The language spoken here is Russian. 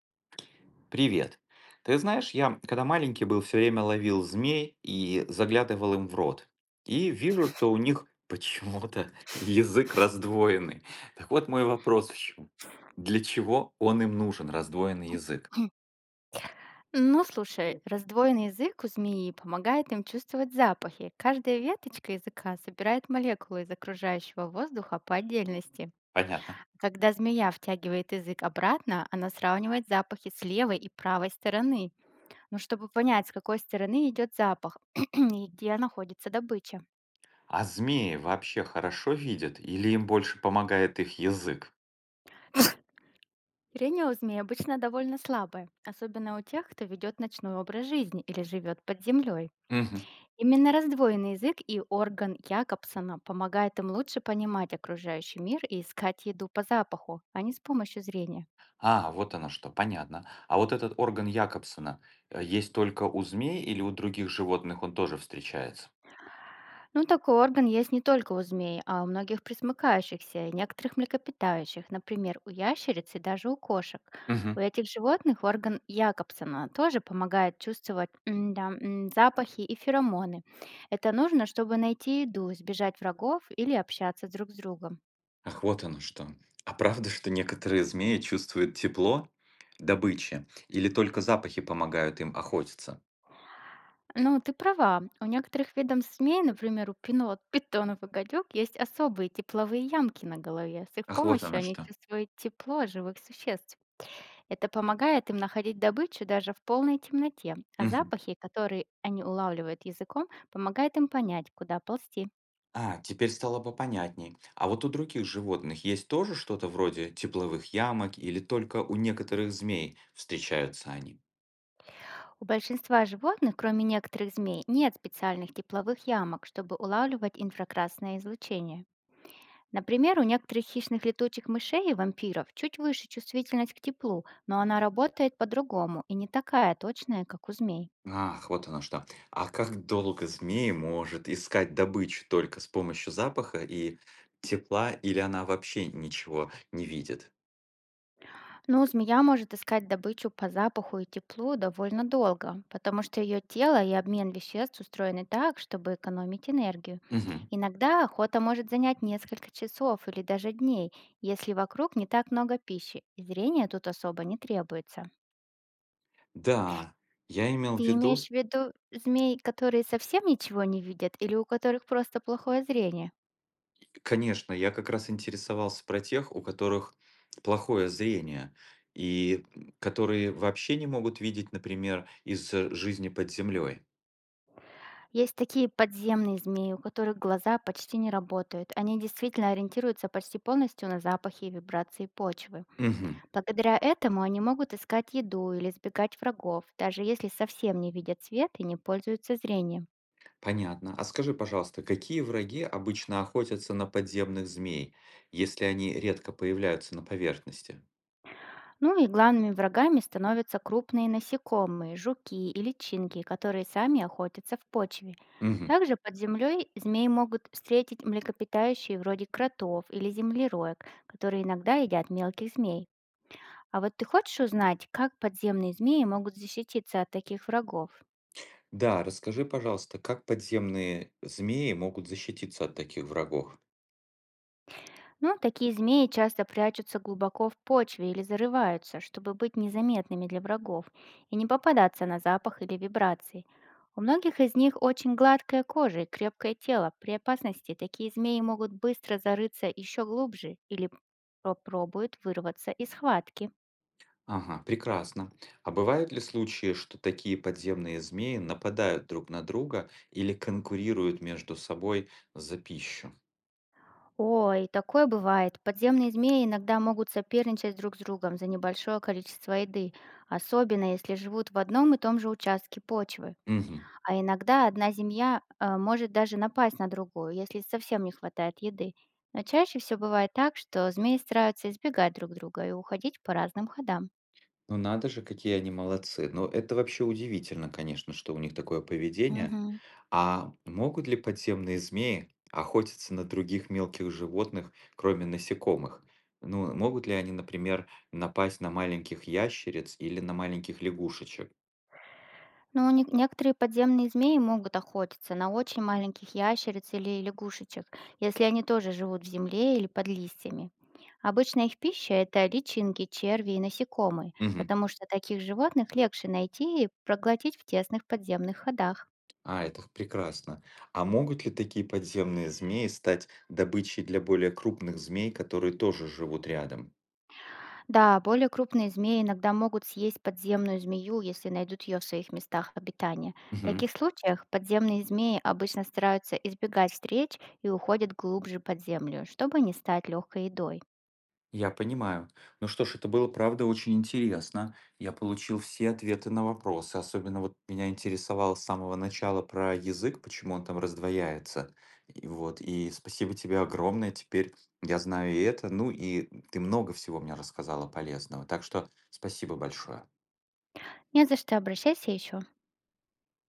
Привет. Ты знаешь, я, когда маленький был, все время ловил змей и заглядывал им в рот. И вижу, что у них почему-то язык раздвоенный. Так вот мой вопрос в чем? Для чего он им нужен, раздвоенный язык? Ну, слушай, раздвоенный язык у змеи помогает им чувствовать запахи. Каждая веточка языка собирает молекулы из окружающего воздуха по отдельности. Понятно. Когда змея втягивает язык обратно, она сравнивает запахи с левой и правой стороны, ну, чтобы понять, с какой стороны идет запах и где находится добыча. А змеи вообще хорошо видят или им больше помогает их язык? Зрение у змей обычно довольно слабое, особенно у тех, кто ведет ночной образ жизни или живет под землей. Мгм. Именно раздвоенный язык и орган Якобсона помогает им лучше понимать окружающий мир и искать еду по запаху, а не с помощью зрения. А, вот оно что, понятно. А вот этот орган Якобсона есть только у змей или у других животных он тоже встречается? Ну, такой орган есть не только у змей, а у многих пресмыкающихся и некоторых млекопитающих, например, у ящериц и даже у кошек. У Мгм. этих животных орган Якобсона тоже помогает чувствовать запахи и феромоны. Это нужно, чтобы найти еду, избежать врагов или общаться друг с другом. Ах, вот оно что. А правда, что некоторые змеи чувствуют тепло добычи или только запахи помогают им охотиться? Ну, ты права. У некоторых видов змей, например, у пинот, питонов и гадюк, есть особые тепловые ямки на голове. С их Ах, вот помощью оно они что. чувствуют тепло живых существ. Это помогает им находить добычу даже в полной темноте, а Мгм. запахи, которые они улавливают языком, помогают им понять, куда ползти. А, теперь стало попонятней. А вот у других животных есть тоже что-то вроде тепловых ямок или только у некоторых змей встречаются они? У большинства животных, кроме некоторых змей, нет специальных тепловых ямок, чтобы улавливать инфракрасное излучение. Например, у некоторых хищных летучих мышей и вампиров чуть выше чувствительность к теплу, но она работает по-другому и не такая точная, как у змей. Ах, вот оно что. А как долго змеи может искать добычу только с помощью запаха и тепла, или она вообще ничего не видит? Но змея может искать добычу по запаху и теплу довольно долго, потому что ее тело и обмен веществ устроены так, чтобы экономить энергию. Мгм. Иногда охота может занять несколько часов или даже дней, если вокруг не так много пищи, и зрение тут особо не требуется. Да, я имел в Ты имеешь виду, в виду змей, которые совсем ничего не видят или у которых просто плохое зрение? конечно, я как раз интересовался про тех, у которых плохое зрение и которые вообще не могут видеть, например, из-за жизни под землей. Есть такие подземные змеи, у которых глаза почти не работают. Они действительно ориентируются почти полностью на запахи и вибрации почвы. Мгм. Благодаря этому они могут искать еду или избегать врагов, даже если совсем не видят свет и не пользуются зрением. Понятно. А скажи, пожалуйста, какие враги обычно охотятся на подземных змей, если они редко появляются на поверхности? Ну и главными врагами становятся крупные насекомые, жуки и личинки, которые сами охотятся в почве. Мгм. Также под землей змеи могут встретить млекопитающие вроде кротов или землероек, которые иногда едят мелких змей. А вот ты хочешь узнать, как подземные змеи могут защититься от таких врагов? Да, расскажи, пожалуйста, как подземные змеи могут защититься от таких врагов? Ну, такие змеи часто прячутся глубоко в почве или зарываются, чтобы быть незаметными для врагов и не попадаться на запах или вибрации. У многих из них очень гладкая кожа и крепкое тело. При опасности такие змеи могут быстро зарыться еще глубже или попробуют вырваться из схватки. Ага, прекрасно. А бывают ли случаи, что такие подземные змеи нападают друг на друга или конкурируют между собой за пищу? Ой, такое бывает. Подземные змеи иногда могут соперничать друг с другом за небольшое количество еды, особенно если живут в одном и том же участке почвы. Мгм. А иногда одна семья, может даже напасть на другую, если совсем не хватает еды. Но чаще всего бывает так, что змеи стараются избегать друг друга и уходить по разным ходам. Ну надо же, какие они молодцы. Ну это вообще удивительно, конечно, что у них такое поведение. Мгм. А могут ли подземные змеи охотиться на других мелких животных, кроме насекомых? Ну, могут ли они, например, напасть на маленьких ящериц или на маленьких лягушечек? Ну, некоторые подземные змеи могут охотиться на очень маленьких ящериц или лягушечек, если они тоже живут в земле или под листьями. Обычно их пища– это личинки, черви и насекомые, Мгм. потому что таких животных легче найти и проглотить в тесных подземных ходах. А, это прекрасно. А могут ли такие подземные змеи стать добычей для более крупных змей, которые тоже живут рядом? Да, более крупные змеи иногда могут съесть подземную змею, если найдут ее в своих местах обитания. В Мгм. таких случаях подземные змеи обычно стараются избегать встреч и уходят глубже под землю, чтобы не стать легкой едой. Я понимаю. Ну что ж, это было, правда, очень интересно. Я получил все ответы на вопросы. Особенно вот меня интересовало с самого начала про язык, почему он там раздвояется. И вот, и спасибо тебе огромное. Теперь я знаю и это. Ну и ты много всего мне рассказала полезного. Так что спасибо большое. Не за что, обращайся еще.